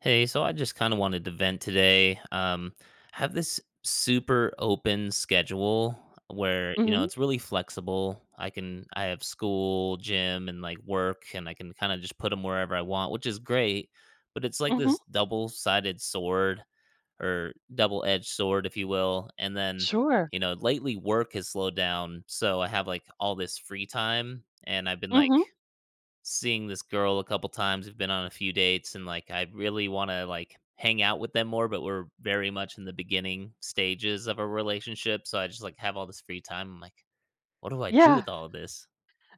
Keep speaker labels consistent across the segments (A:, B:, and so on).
A: Hey, so I just kind of wanted to vent today. I have this super open schedule where, you know,
B: Mhm,
A: it's really flexible. I have school, gym, and like work, and I can kind of just put them wherever I want, which is great. But it's like
B: mhm,
A: this double sided sword or double edged sword, if you will.
B: sure.
A: You know, lately work has slowed down. So I have like all this free time, and I've been
B: Mhm,
A: like, seeing this girl a couple times. We've been on a few dates and like I really want to like hang out with them more, but we're very much in the beginning stages of a relationship. So I just like have all this free time. I'm like, what do I do
B: yeah.
A: with all of this?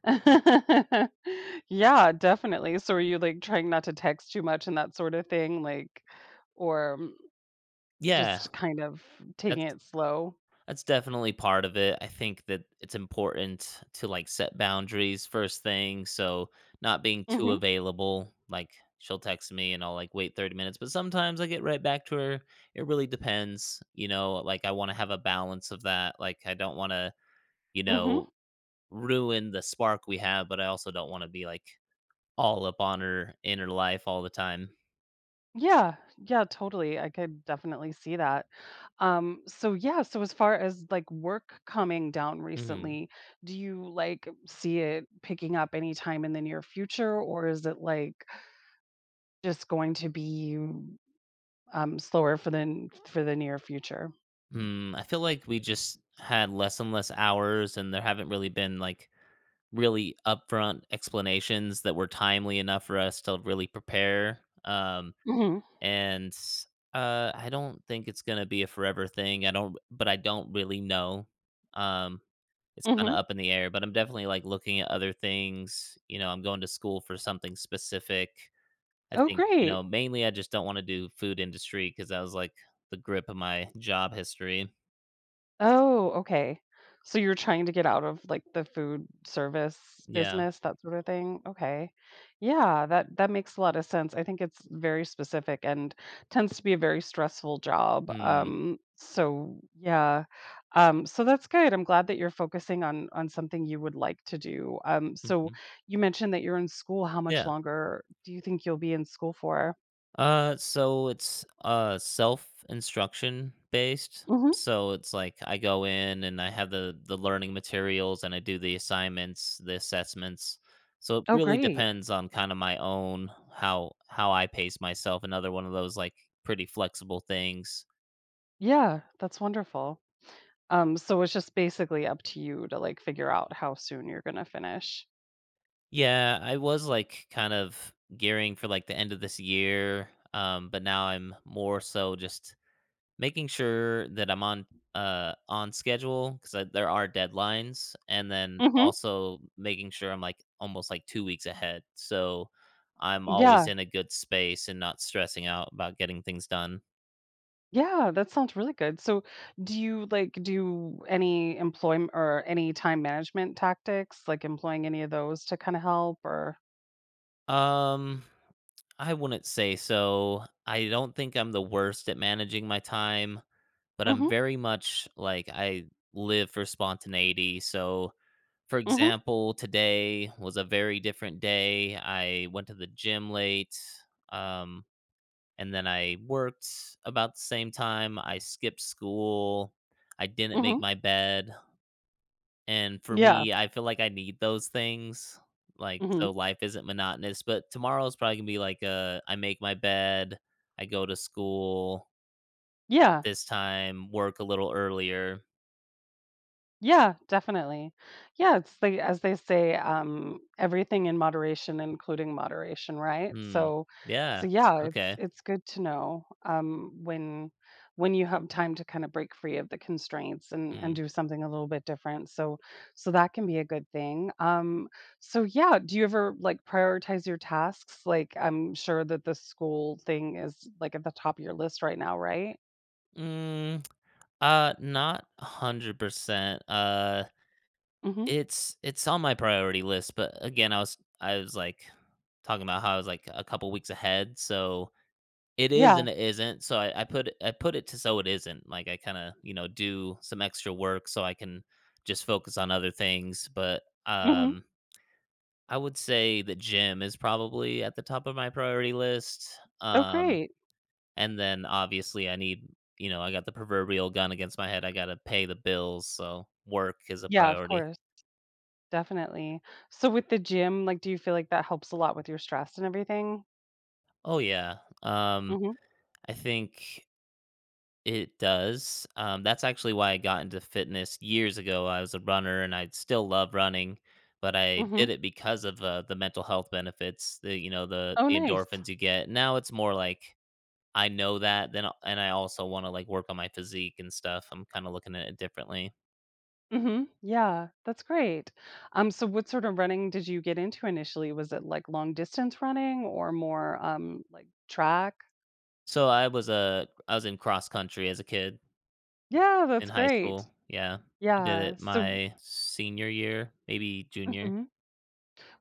B: Yeah, definitely. So are you, like, trying not to text too much and that sort of thing, like, or,
A: Yeah,
B: just kind of taking
A: that's
B: it slow?
A: that's definitely part of it. I think that it's important to like set boundaries first thing. So not being too
B: Mhm,
A: available. Like she'll text me and I'll like wait 30 minutes, but sometimes I get right back to her. It really depends. You know, like I want to have a balance of that. Like I don't want to, you
B: mhm.
A: know, ruin the spark we have, but I also don't want to be like all up on her in her life all the time.
B: Yeah, yeah, totally. I could definitely see that. So yeah, so as far as, like, work coming down
A: Hmm.
B: recently, do you, like, see it picking up anytime in the near future, or is it, like, just going to be slower for the n for the near future.
A: Mm, I feel like we just had less and less hours and there haven't really been like really upfront explanations that were timely enough for us to really prepare. Um,
B: Mhm,
A: and I don't think it's gonna be a forever thing. I don't, but I don't really know. Um, it's kind
B: mhm.
A: of up in the air, but I'm definitely like looking at other things. You know, I'm going to school for something specific. I
B: Oh,
A: think you
B: great.
A: know mainly I just don't want to do food industry because that was like the grip of my job history.
B: Oh, okay. So you're trying to get out of, like, the food service
A: Yeah.
B: business, that sort of thing? Okay. Yeah, that makes a lot of sense. I think it's very specific and tends to be a very stressful job.
A: Mm.
B: So yeah. So that's good. I'm glad that you're focusing on something you would like to do. So
A: Mhm.
B: you mentioned that you're in school. How much
A: Yeah.
B: longer do you think you'll be in school for?
A: So it's self instruction based.
B: Mhm.
A: So it's like I go in and I have the learning materials and I do the assignments, the assessments. So it
B: Oh,
A: really
B: great.
A: depends on kind of my own how I pace myself. Another one of those like pretty flexible things.
B: Yeah, that's wonderful. So it's just basically up to you to like figure out how soon you're gonna finish.
A: Yeah, I was like kind of gearing for like the end of this year. But now I'm more so just making sure that I'm on schedule because there are deadlines, and then
B: Mhm.
A: also making sure I'm, like, almost, like, 2 weeks ahead, so I'm always
B: Yeah.
A: in a good space and not stressing out about getting things done.
B: Yeah, that sounds really good. So do you like do any employment or any time management tactics, like employing any of those to kind of help or
A: Um, I wouldn't say so. I don't think I'm the worst at managing my time, but I'm
B: Mhm.
A: very much like, I live for spontaneity, so for
B: Mhm.
A: example, today was a very different day. I went to the gym late, um, and then I worked about the same time. I skipped school. I didn't make
B: Mhm.
A: my bed. And for
B: Yeah.
A: me, I feel like I need those things. Like,
B: Mhm.
A: so life isn't monotonous. But tomorrow's probably gonna be like, I make my bed, I go to school at
B: Yeah.
A: this time, work a little earlier.
B: Yeah, definitely. Yeah, it's like as they say, everything in moderation, including moderation, right?
A: Mm.
B: So
A: Yeah.
B: yeah, it's
A: Okay.
B: it's good to know when you have time to kind of break free of the constraints and
A: Mm.
B: do something a little bit different. So that can be a good thing. So yeah, do you ever like prioritize your tasks? Like, I'm sure that the school thing is like at the top of your list right now, right?
A: Mm. Not 100%.
B: Mm-hmm.
A: It's on my priority list, but again, I was like talking about how I was like a couple weeks ahead, so it is
B: Yeah.
A: and it isn't. So I put it to so it isn't. Like I kind of you know do some extra work so I can just focus on other things. But
B: Mm-hmm.
A: um, I would say that gym is probably at the top of my priority list.
B: Oh,
A: Um,
B: great.
A: and then obviously I need you know, I got the proverbial gun against my head. I gotta pay the bills, so work is a
B: Yeah, of
A: priority.
B: course. Definitely. So with the gym, like, do you feel like that helps a lot with your stress and everything?
A: Oh, yeah. Um,
B: Mhm,
A: I think it does. That's actually why I got into fitness years ago. I was a runner and I still love running, but I
B: mhm.
A: did it because of, the mental health benefits, the you know, the
B: Oh,
A: the
B: nice.
A: endorphins you get. Now it's more like I know that then and I also wanna, like, work on my physique and stuff. I'm kinda looking at it differently.
B: Mhm. Yeah, that's great. So what sort of running did you get into initially? Was it, like, long distance running or more, like, track?
A: So I was, a I was in cross country as a kid
B: Yeah,
A: in
B: that's
A: high
B: great.
A: school. Yeah. I did
B: Yeah,
A: it
B: so
A: my senior year, maybe junior.
B: mhm.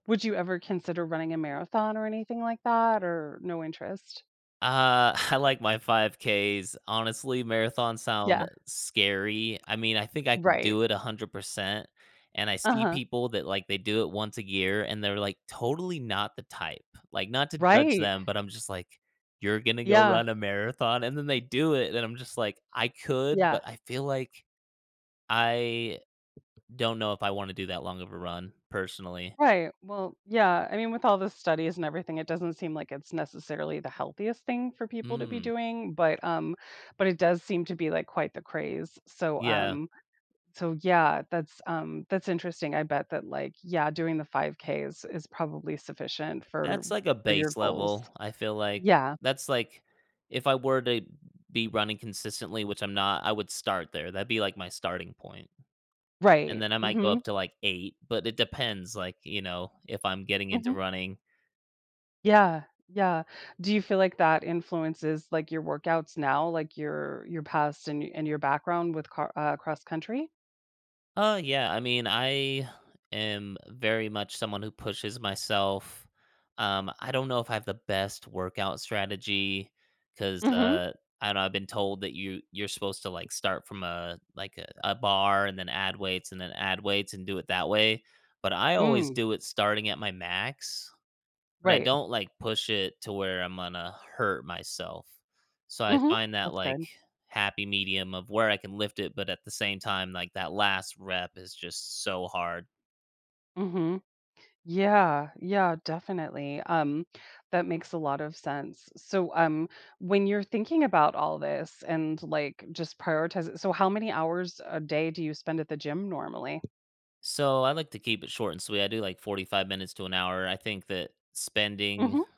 B: Would you ever consider running a marathon or anything like that, or no interest?
A: I like my 5Ks. Honestly, marathons
B: Yeah,
A: sound scary. I mean, I think I could
B: right.
A: do it 100%. And I see
B: Uh-huh.
A: people that like they do it once a year and they're like totally not the type. Like, not to judge
B: Right.
A: them, but I'm just like, you're going to go
B: Yeah,
A: run a marathon. And then they do it. And I'm just like, I could,
B: yeah.
A: but I feel like I don't know if I wanna do that long of a run, personally.
B: Right. Well, yeah. I mean, with all the studies and everything, it doesn't seem like it's necessarily the healthiest thing for people to be
A: Mm.
B: doing, but it does seem to be like quite the craze. So
A: Yeah,
B: um, so yeah, that's interesting. I bet that like yeah, doing the 5Ks is probably sufficient for
A: that's like a
B: for your
A: base
B: goals.
A: level, I feel like.
B: Yeah.
A: That's like if I were to be running consistently, which I'm not, I would start there, that'd be like my starting point, and
B: Right.
A: then I might go
B: Mm-hmm.
A: up to, like, 8, but it depends, like, you know, if I'm getting into
B: Mm-hmm.
A: running.
B: Yeah. Yeah. Do you feel like that influences like your workouts now, like your past and your background with cross country?
A: Yeah. I mean, I am very much someone who pushes myself. I don't know if I have the best workout strategy because
B: Mm-hmm.
A: I don't know. I've been told that you're supposed to like start from a like a bar and then add weights and then add weights and do it that way. But I always
B: Mm,
A: do it starting at my max. But I
B: right.
A: don't, like, push it to where I'm gonna hurt myself. So I
B: Mhm.
A: find that,
B: That's
A: like,
B: good.
A: happy medium of where I can lift it, but at the same time, like, that last rep is just so hard.
B: Mhm. Yeah, yeah, definitely. That makes a lot of sense. So, when you're thinking about all this and like just prioritize it, so how many hours a day do you spend at the gym normally?
A: So I like to keep it short and sweet. I do, like, 45 minutes to an hour. I think that spending,
B: Mhm.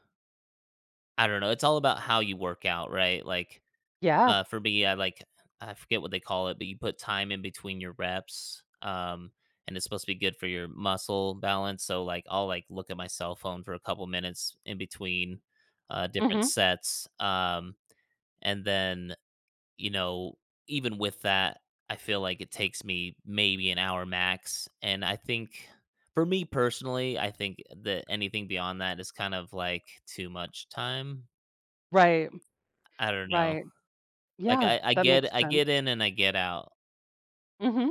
A: I don't know, it's all about how you work out, right? Like,
B: Yeah.
A: For me, I forget what they call it, but you put time in between your reps, and it's supposed to be good for your muscle balance. So like I'll like look at my cell phone for a couple minutes in between different
B: Mhm.
A: sets, and then you know even with that, I feel like it takes me maybe an hour max, and I think for me personally, I think that anything beyond that is kind of like too much time.
B: Right.
A: I don't know.
B: Right.
A: Like
B: Yeah, that makes
A: I
B: sense.
A: get in and I get out.
B: Mhm.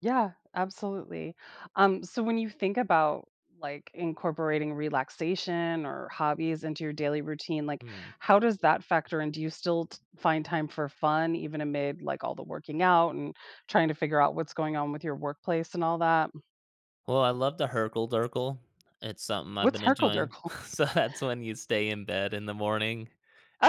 B: Yeah, absolutely. So when you think about like incorporating relaxation or hobbies into your daily routine, like
A: Mm.
B: how does that factor in? Do you still find time for fun even amid like all the working out and trying to figure out what's going on with your workplace and all that?
A: Well, I love the Herkle Durkle. It's something I've
B: What's
A: been enjoying.
B: herkle-derkle?
A: So that's when you stay in bed in the morning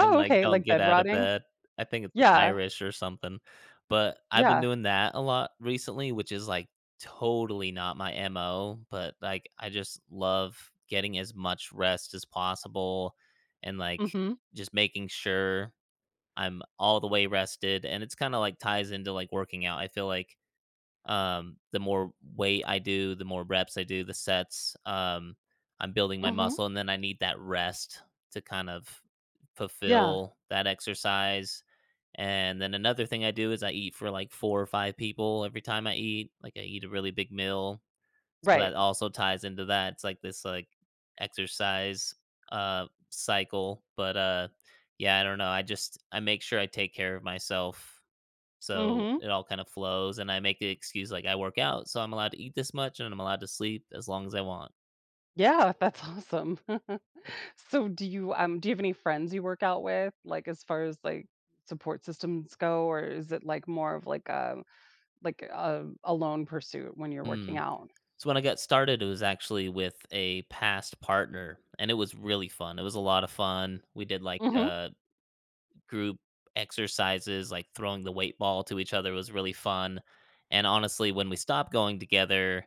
A: and, like,
B: okay,
A: don't
B: like
A: get
B: bed
A: out of
B: rotting.
A: bed. I think it's, like,
B: Yeah,
A: Irish or something, but I've been
B: yeah.
A: doing that a lot recently, which is, like, totally not my MO, but, like, I just love getting as much rest as possible and, like,
B: Mm-hmm.
A: just making sure I'm all the way rested, and it's kinda, like, ties into, like, working out. I feel like the more weight I do, the more reps I do, the sets, I'm building my
B: Mm-hmm.
A: muscle, and then I need that rest to kind of
B: Yeah.
A: fulfill that exercise. And then another thing I do is I eat for like four or five people every time I eat. Like I eat a really big meal. So
B: Right.
A: that also ties into that. It's like this like exercise cycle. But yeah, I don't know. I just I make sure I take care of myself so
B: Mm-hmm.
A: it all kind of flows, and I make the excuse like I work out, so I'm allowed to eat this much and I'm allowed to sleep as long as I want.
B: Yeah, that's awesome. So do you have any friends you work out with like as far as like support systems go or is it like more of like a lone pursuit when you're working
A: Mm.
B: out?
A: So when I got started, it was actually with a past partner, and it was really fun. It was a lot of fun. We did like
B: Mhm.
A: group exercises, like throwing the weight ball to each other was really fun. And honestly, when we stopped going together,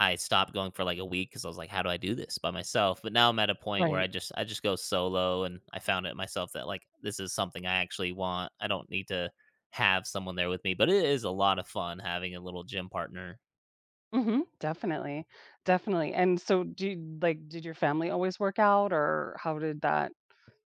A: I stopped going for like a week because I was like, how do I do this by myself? But now I'm at a point where
B: Right.
A: I just go solo and I found it myself that like this is something I actually want. I don't need to have someone there with me, but it is a lot of fun having a little gym partner.
B: Mhm. Definitely. Definitely. And so do you, like did your family always work out or how did that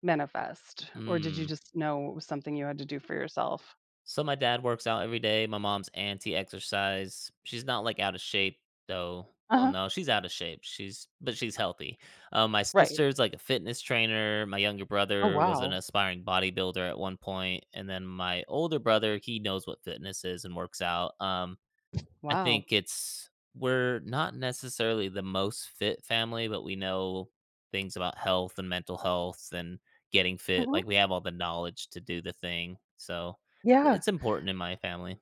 B: manifest or did you
A: Mm.
B: just know it was something you had to do for yourself?
A: So my dad works out every day. My mom's anti-exercise. She's not like out of shape though. Well,
B: Uh-huh.
A: no, she's out of shape. She's but she's healthy. My
B: Right.
A: sister's like a fitness trainer. My younger
B: Oh
A: brother was an
B: wow.
A: aspiring bodybuilder at one point, and then my older brother he knows what fitness is and works out. I
B: Wow.
A: think it's we're not necessarily the most fit family, but we know things about health and mental health and getting fit.
B: Mhm.
A: Like, we have all the knowledge to do the thing, so
B: Yeah.
A: it's important in my family.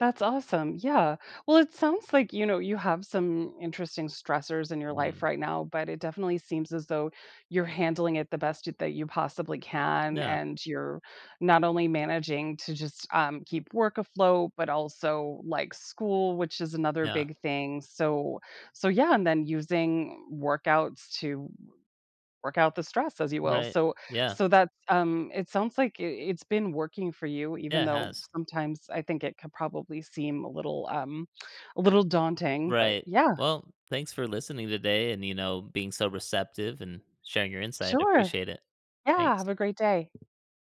B: That's awesome. Yeah. Well, it sounds like, you have some interesting stressors in your life
A: Mm.
B: right now, but it definitely seems as though you're handling it the best that you possibly can.
A: Yeah,
B: And you're not only managing to just keep work afloat, but also like school, which is another
A: yeah,
B: big thing. So yeah. And then using workouts to work out the stress, as you will.
A: right.
B: So
A: Yeah,
B: so it sounds like it's been working for you, even
A: yeah, it
B: though
A: has.
B: sometimes I think it could probably seem a little daunting, but
A: Right.
B: yeah,
A: Well, thanks for listening today and, you know, being so receptive and sharing your insight. I
B: sure.
A: appreciate it.
B: Yeah,
A: Thanks.
B: have a great day.